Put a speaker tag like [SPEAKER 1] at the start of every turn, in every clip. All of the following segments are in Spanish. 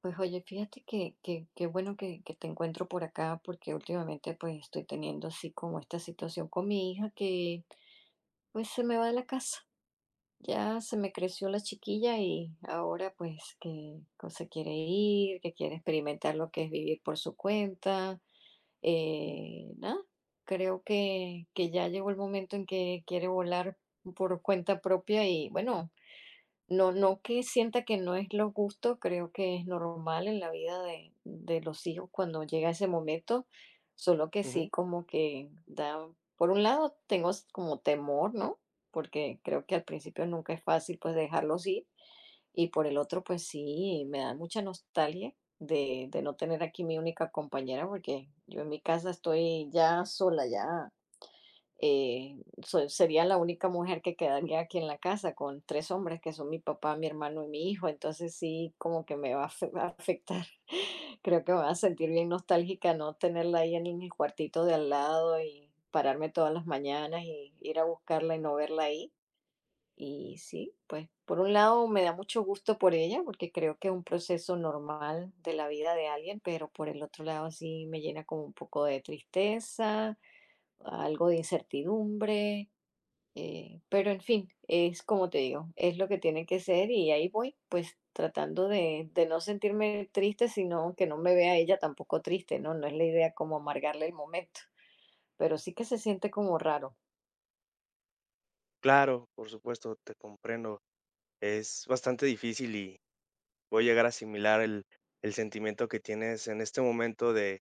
[SPEAKER 1] Pues oye, fíjate qué bueno que te encuentro por acá, porque últimamente pues estoy teniendo así como esta situación con mi hija, que pues se me va de la casa. Ya se me creció la chiquilla y ahora pues que se quiere ir, que quiere experimentar lo que es vivir por su cuenta. Nada, creo que ya llegó el momento en que quiere volar por cuenta propia, y bueno. No que sienta que no es lo justo, creo que es normal en la vida de los hijos cuando llega ese momento, solo que sí
[SPEAKER 2] Ujú.
[SPEAKER 1] como que da por un lado, tengo s como temor, ¿no? Porque creo que al principio nunca es fácil, pues, dejarlos ir, y por el otro, pues sí, me da mucha nostalgia de no tener aquí mi única compañera, porque yo en mi casa estoy ya sola, ya sería la única mujer que quedaría aquí en la casa con tres hombres que son mi papá, mi hermano y mi hijo. Entonces sí, como que me va a afectar. Creo que me va a sentir bien nostálgica no tenerla ahí en el cuartito de al lado y pararme todas las mañanas y ir a buscarla y no verla ahí. Y sí, pues por un lado me da mucho gusto por ella porque creo que es un proceso normal de la vida de alguien, pero por el otro lado sí me llena como un poco de tristeza, algo de incertidumbre, pero en fin, es como te digo, es lo que tiene que ser y ahí voy, pues tratando de no sentirme triste, sino que no me vea ella tampoco triste, ¿no? No es la idea como amargarle el momento, pero sí que se siente como raro.
[SPEAKER 2] Claro, por supuesto, te comprendo. Es bastante difícil y voy a llegar a asimilar el sentimiento que tienes en este momento de,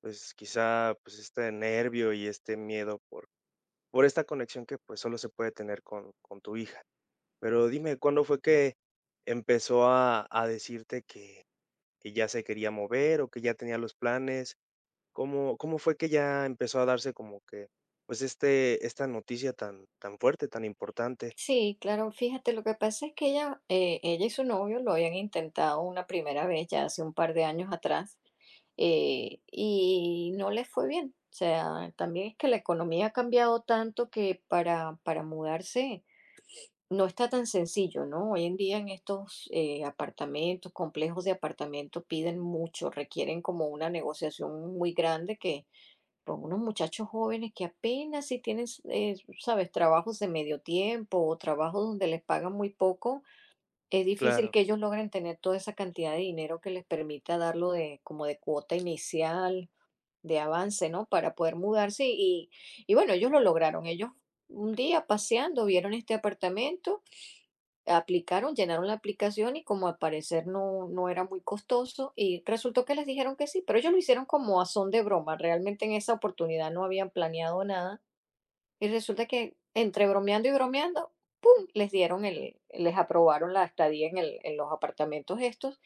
[SPEAKER 2] pues quizá, pues este nervio y este miedo por esta conexión que pues solo se puede tener con tu hija. Pero dime, ¿cuándo fue que empezó a decirte que ya se quería mover o que ya tenía los planes? ¿Cómo fue que ya empezó a darse como pues este, esta noticia tan, tan fuerte, tan importante?
[SPEAKER 1] Sí, claro, fíjate, lo que pasa es que ella y su novio lo habían intentado una primera vez ya hace un par de años atrás. Y no les fue bien. O sea, también es que la economía ha cambiado tanto que para mudarse no está tan sencillo, ¿no? Hoy en día en estos apartamentos, complejos de apartamentos, piden mucho, requieren como una negociación muy grande, que pues, unos muchachos jóvenes que apenas si tienen, sabes, trabajos de medio tiempo o trabajos donde les pagan muy poco, es difícil
[SPEAKER 2] Claro.
[SPEAKER 1] que ellos logren tener toda esa cantidad de dinero que les permita darlo de como de cuota inicial, de avance, ¿no? Para poder mudarse, y bueno, ellos lo lograron. Ellos un día paseando vieron este apartamento, aplicaron, llenaron la aplicación y como al parecer no, no era muy costoso y resultó que les dijeron que sí, pero ellos lo hicieron como a son de broma. Realmente en esa oportunidad no habían planeado nada, y resulta que entre bromeando y bromeando, ¡pum!, les dieron el, les aprobaron la estadía en el, en los apartamentos estos,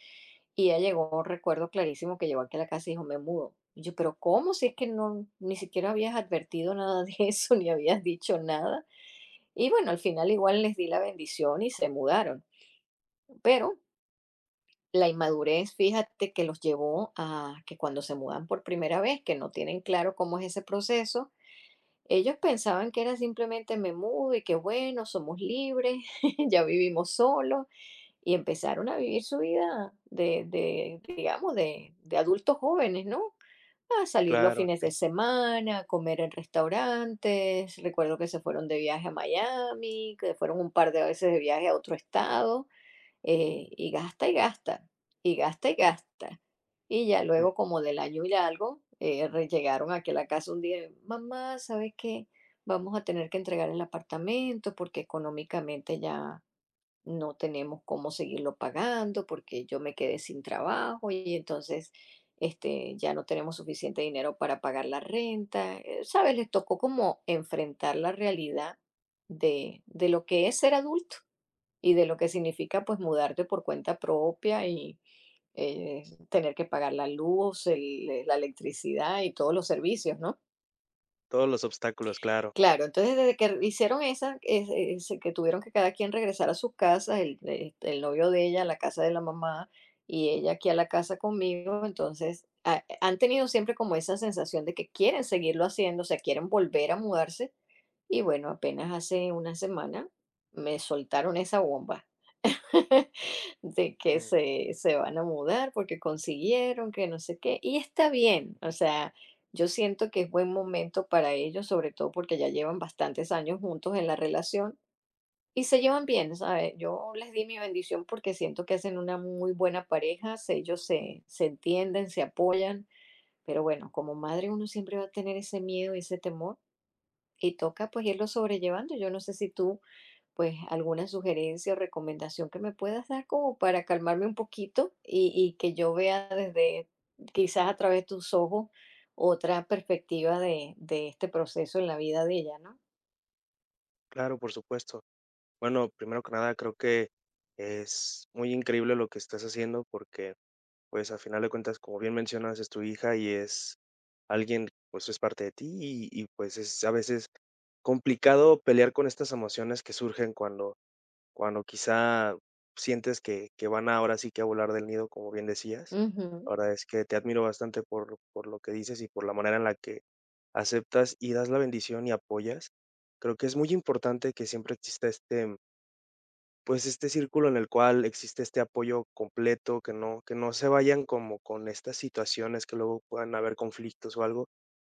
[SPEAKER 1] y ella llegó, recuerdo clarísimo que llegó aquí a la casa y dijo: "Me mudo". Y yo: "¿Pero cómo? Si es que no ni siquiera habías advertido nada de eso, ni habías dicho nada". Y bueno, al final igual les di la bendición y se mudaron. Pero la inmadurez, fíjate que los llevó a que cuando se mudan por primera vez, que no tienen claro cómo es ese proceso, ellos pensaban que era simplemente me mudo y que bueno, somos libres, ya vivimos solos, y empezaron a vivir su vida de, digamos, de adultos jóvenes, ¿no? A salir los
[SPEAKER 2] Claro,
[SPEAKER 1] fines de
[SPEAKER 2] sí,
[SPEAKER 1] semana, a comer en restaurantes. Recuerdo que se fueron de viaje a Miami, que fueron un par de veces de viaje a otro estado, y gasta, y gasta, y gasta, y gasta. Y ya
[SPEAKER 2] mm,
[SPEAKER 1] luego, como del año y algo, re llegaron aquí a la casa un día: "Mamá, ¿sabes qué? Vamos a tener que entregar el apartamento porque económicamente ya no tenemos cómo seguirlo pagando, porque yo me quedé sin trabajo y entonces ya no tenemos suficiente dinero para pagar la renta. ¿Sabes?". Les tocó como enfrentar la realidad de lo que es ser adulto y de lo que significa pues mudarte por cuenta propia y eh, tener que pagar la luz, la electricidad y todos los servicios, ¿no?
[SPEAKER 2] todos los obstáculos, claro,
[SPEAKER 1] Claro, entonces desde que hicieron esa, es que tuvieron que cada quien regresar a sus casas, el novio de ella a la casa de la mamá, y ella aquí a la casa conmigo, entonces, ha han tenido siempre como esa sensación de que quieren seguirlo haciendo, o sea, quieren volver a mudarse, y bueno, apenas hace una semana me soltaron esa bomba. De que
[SPEAKER 2] mm,
[SPEAKER 1] se van a mudar porque consiguieron, que no sé qué. Y está bien, o sea, yo siento que es buen momento para ellos, sobre todo porque ya llevan bastantes años juntos en la relación y se llevan bien, ¿sabes? Yo les di mi bendición porque siento que hacen una muy buena pareja, ellos se entienden, se apoyan, pero bueno, como madre uno siempre va a tener ese miedo y ese temor, y toca pues irlo sobrellevando. Yo no sé si tú pues alguna sugerencia o recomendación que me puedas dar como para calmarme un poquito y que yo vea desde quizás a través de tus ojos otra perspectiva de este proceso en la vida de ella, ¿no?
[SPEAKER 2] claro, por supuesto. Bueno, primero que nada, creo que es muy increíble lo que estás haciendo porque, pues, a final de cuentas, como bien mencionas, es tu hija y es alguien, pues, es parte de ti y pues, es a veces complicado pelear con estas emociones que surgen cuando quizá sientes que van ahora sí que a volar del nido, como bien decías. La
[SPEAKER 1] Ujú,
[SPEAKER 2] verdad es que te admiro bastante por lo que dices y por la manera en la que aceptas y das la bendición y apoyas. Creo que es muy importante que siempre exista este, pues, este círculo en el cual existe este apoyo completo, que no se vayan como con estas situaciones que luego puedan haber conflictos o algo,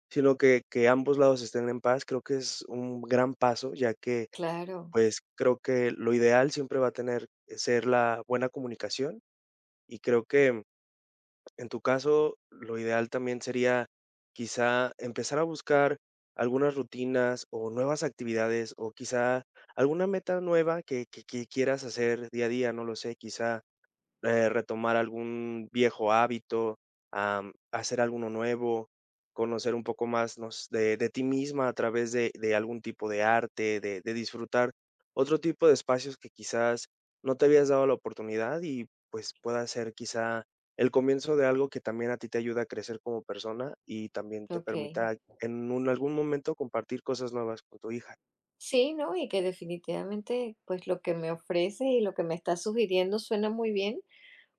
[SPEAKER 2] sino que ambos lados estén en paz. Creo que es un gran paso, ya que
[SPEAKER 1] claro,
[SPEAKER 2] pues, creo que lo ideal siempre va a tener ser la buena comunicación, y creo que en tu caso, lo ideal también sería, quizá, empezar a buscar algunas rutinas, o nuevas actividades, o quizá alguna meta nueva que que quieras hacer día a día, no lo sé, quizá retomar algún viejo hábito, hacer alguno nuevo, conocer un poco más de ti misma a través de algún tipo de arte, de disfrutar otro tipo de espacios que quizás no te habías dado la oportunidad y pues pueda ser quizá el comienzo de algo que también a ti te ayuda a crecer como persona y también te
[SPEAKER 1] ok.
[SPEAKER 2] permita en algún momento compartir cosas nuevas con tu hija.
[SPEAKER 1] Sí, ¿no? Y que definitivamente pues lo que me ofrece y lo que me está sugiriendo suena muy bien.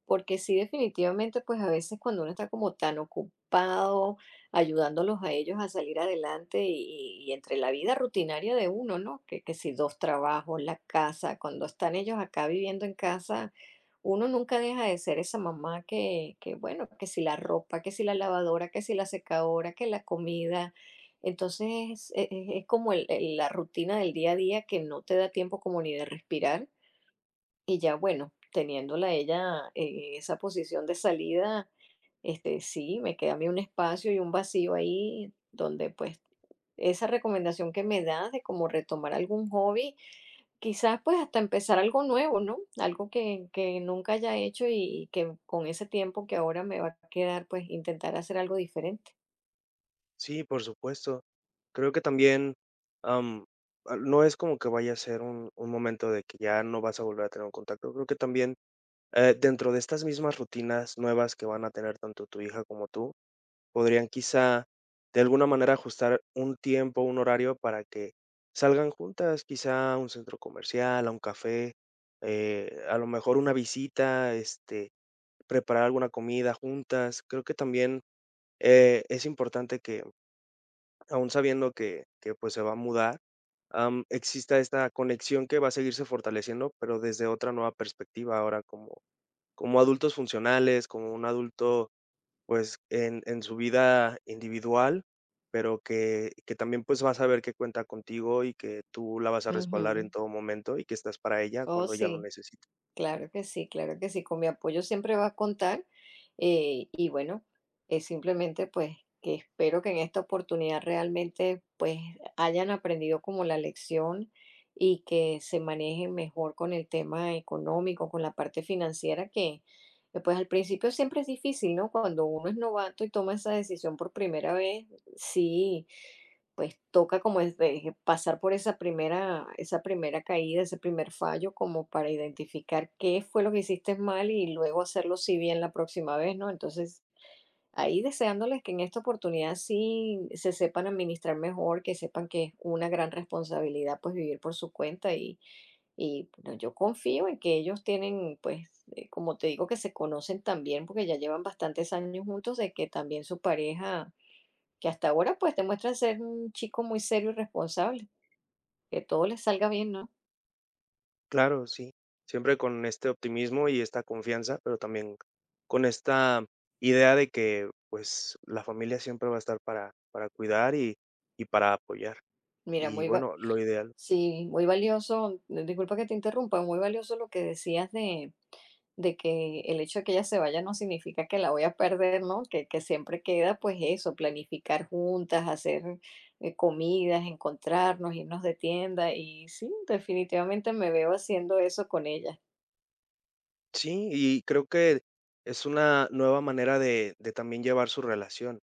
[SPEAKER 1] Porque sí, definitivamente, pues a veces cuando uno está como tan ocupado ayudándolos a ellos a salir adelante, y entre la vida rutinaria de uno, ¿no? Que si dos trabajos, la casa, cuando están ellos acá viviendo en casa, uno nunca deja de ser esa mamá que bueno, que si la ropa, que si la lavadora, que si la secadora, que la comida. Entonces es como la rutina del día a día, que no te da tiempo como ni de respirar. Y ya bueno, teniéndola ella en esa posición de salida, este, sí, me queda a mí un espacio y un vacío ahí, donde pues esa recomendación que me das de cómo retomar algún hobby, quizás pues hasta empezar algo nuevo, ¿no? Algo que nunca haya hecho y que con ese tiempo que ahora me va a quedar pues intentar hacer algo diferente.
[SPEAKER 2] Sí, por supuesto. Creo que también, am, no es como que vaya a ser un momento de que ya no vas a volver a tener un contacto. Creo que también, dentro de estas mismas rutinas nuevas que van a tener tanto tu hija como tú, podrían quizá, de alguna manera, ajustar un tiempo, un horario para que salgan juntas, quizá a un centro comercial, a un café, a lo mejor una visita, este, preparar alguna comida juntas. Creo que también, es importante que aún sabiendo que pues, se va a mudar, exista esta conexión que va a seguirse fortaleciendo, pero desde otra nueva perspectiva, ahora como adultos funcionales, como un adulto, pues, en su vida individual, pero que también, pues, va a saber que cuenta contigo y que tú la vas a respaldar en
[SPEAKER 1] Ujú.
[SPEAKER 2] todo momento y que estás para ella
[SPEAKER 1] Oh,
[SPEAKER 2] cuando ella lo
[SPEAKER 1] sí.
[SPEAKER 2] necesite.
[SPEAKER 1] Claro que sí, claro que sí. Con mi apoyo siempre va a contar. Y bueno, simplemente pues que espero que en esta oportunidad realmente pues hayan aprendido como la lección y que se manejen mejor con el tema económico, con la parte financiera, que pues al principio siempre es difícil, ¿no? Cuando uno es novato y toma esa decisión por primera vez, sí, pues toca como es de pasar por esa primera caída, ese primer fallo, como para identificar qué fue lo que hiciste mal y luego hacerlo si bien la próxima vez, ¿no? Entonces, ahí deseándoles que en esta oportunidad sí se sepan administrar mejor, que sepan que es una gran responsabilidad pues vivir por su cuenta, y bueno, yo confío en que ellos tienen pues, como te digo, que se conocen también porque ya llevan bastantes años juntos, de que también su pareja, que hasta ahora, pues, demuestra ser un chico muy serio y responsable, que todo le salga bien, ¿no?
[SPEAKER 2] Claro, sí. Siempre con este optimismo y esta confianza, pero también con esta idea de que, pues, la familia siempre va a estar para cuidar y para apoyar.
[SPEAKER 1] Mira,
[SPEAKER 2] Y
[SPEAKER 1] muy va
[SPEAKER 2] bueno, lo ideal
[SPEAKER 1] Sí, muy valioso, disculpa que te interrumpa, muy valioso lo que decías de que el hecho de que ella se vaya no significa que la voy a perder, ¿no? Que siempre queda, pues, eso, planificar juntas, hacer comidas, encontrarnos, irnos de tienda, y sí, definitivamente me veo haciendo eso con ella.
[SPEAKER 2] sí, y creo que es una nueva manera de también llevar su relación.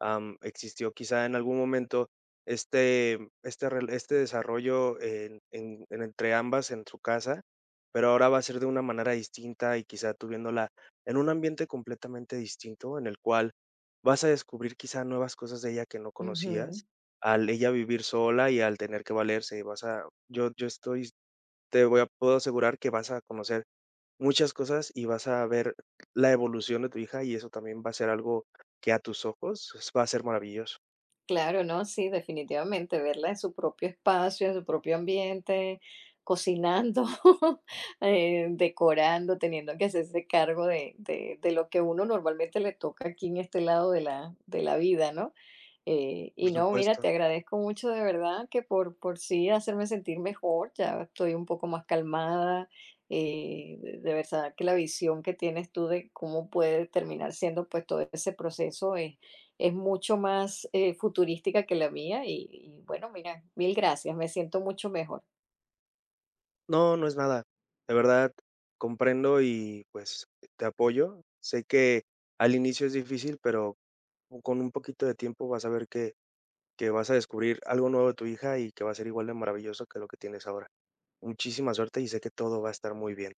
[SPEAKER 2] Am, existió quizá en algún momento este desarrollo en entre ambas en su casa, pero ahora va a ser de una manera distinta y quizá tú viéndola en un ambiente completamente distinto en el cual vas a descubrir quizá nuevas cosas de ella que no
[SPEAKER 1] Ujú.
[SPEAKER 2] conocías. Al ella vivir sola y al tener que valerse, yo estoy, te voy a, puedo asegurar que vas a conocer muchas cosas y vas a ver la evolución de tu hija, y eso también va a ser algo que a tus ojos s va a ser maravilloso,
[SPEAKER 1] Claro, no, sí, definitivamente, verla en su propio espacio, en su propio ambiente, cocinando, decorando, teniendo que hacerse cargo de lo que uno normalmente le toca aquí en este lado de de la vida, ¿no?
[SPEAKER 2] por
[SPEAKER 1] Y no, mira,
[SPEAKER 2] supuesto.
[SPEAKER 1] te agradezco mucho de verdad por sí hacerme sentir mejor, ya estoy un poco más calmada, de verdad que la visión que tienes tú de cómo puede terminar siendo pues todo ese proceso es mucho más futurística que la mía, y bueno, mira, mil gracias, me siento mucho mejor.
[SPEAKER 2] No, no es nada. De verdad, comprendo y, pues, te apoyo. Sé que al inicio es difícil, pero o con un poquito de tiempo vas a ver que vas a descubrir algo nuevo de tu hija y que va a ser igual de maravilloso que lo que tienes ahora. Muchísima suerte y sé que todo va a estar muy bien.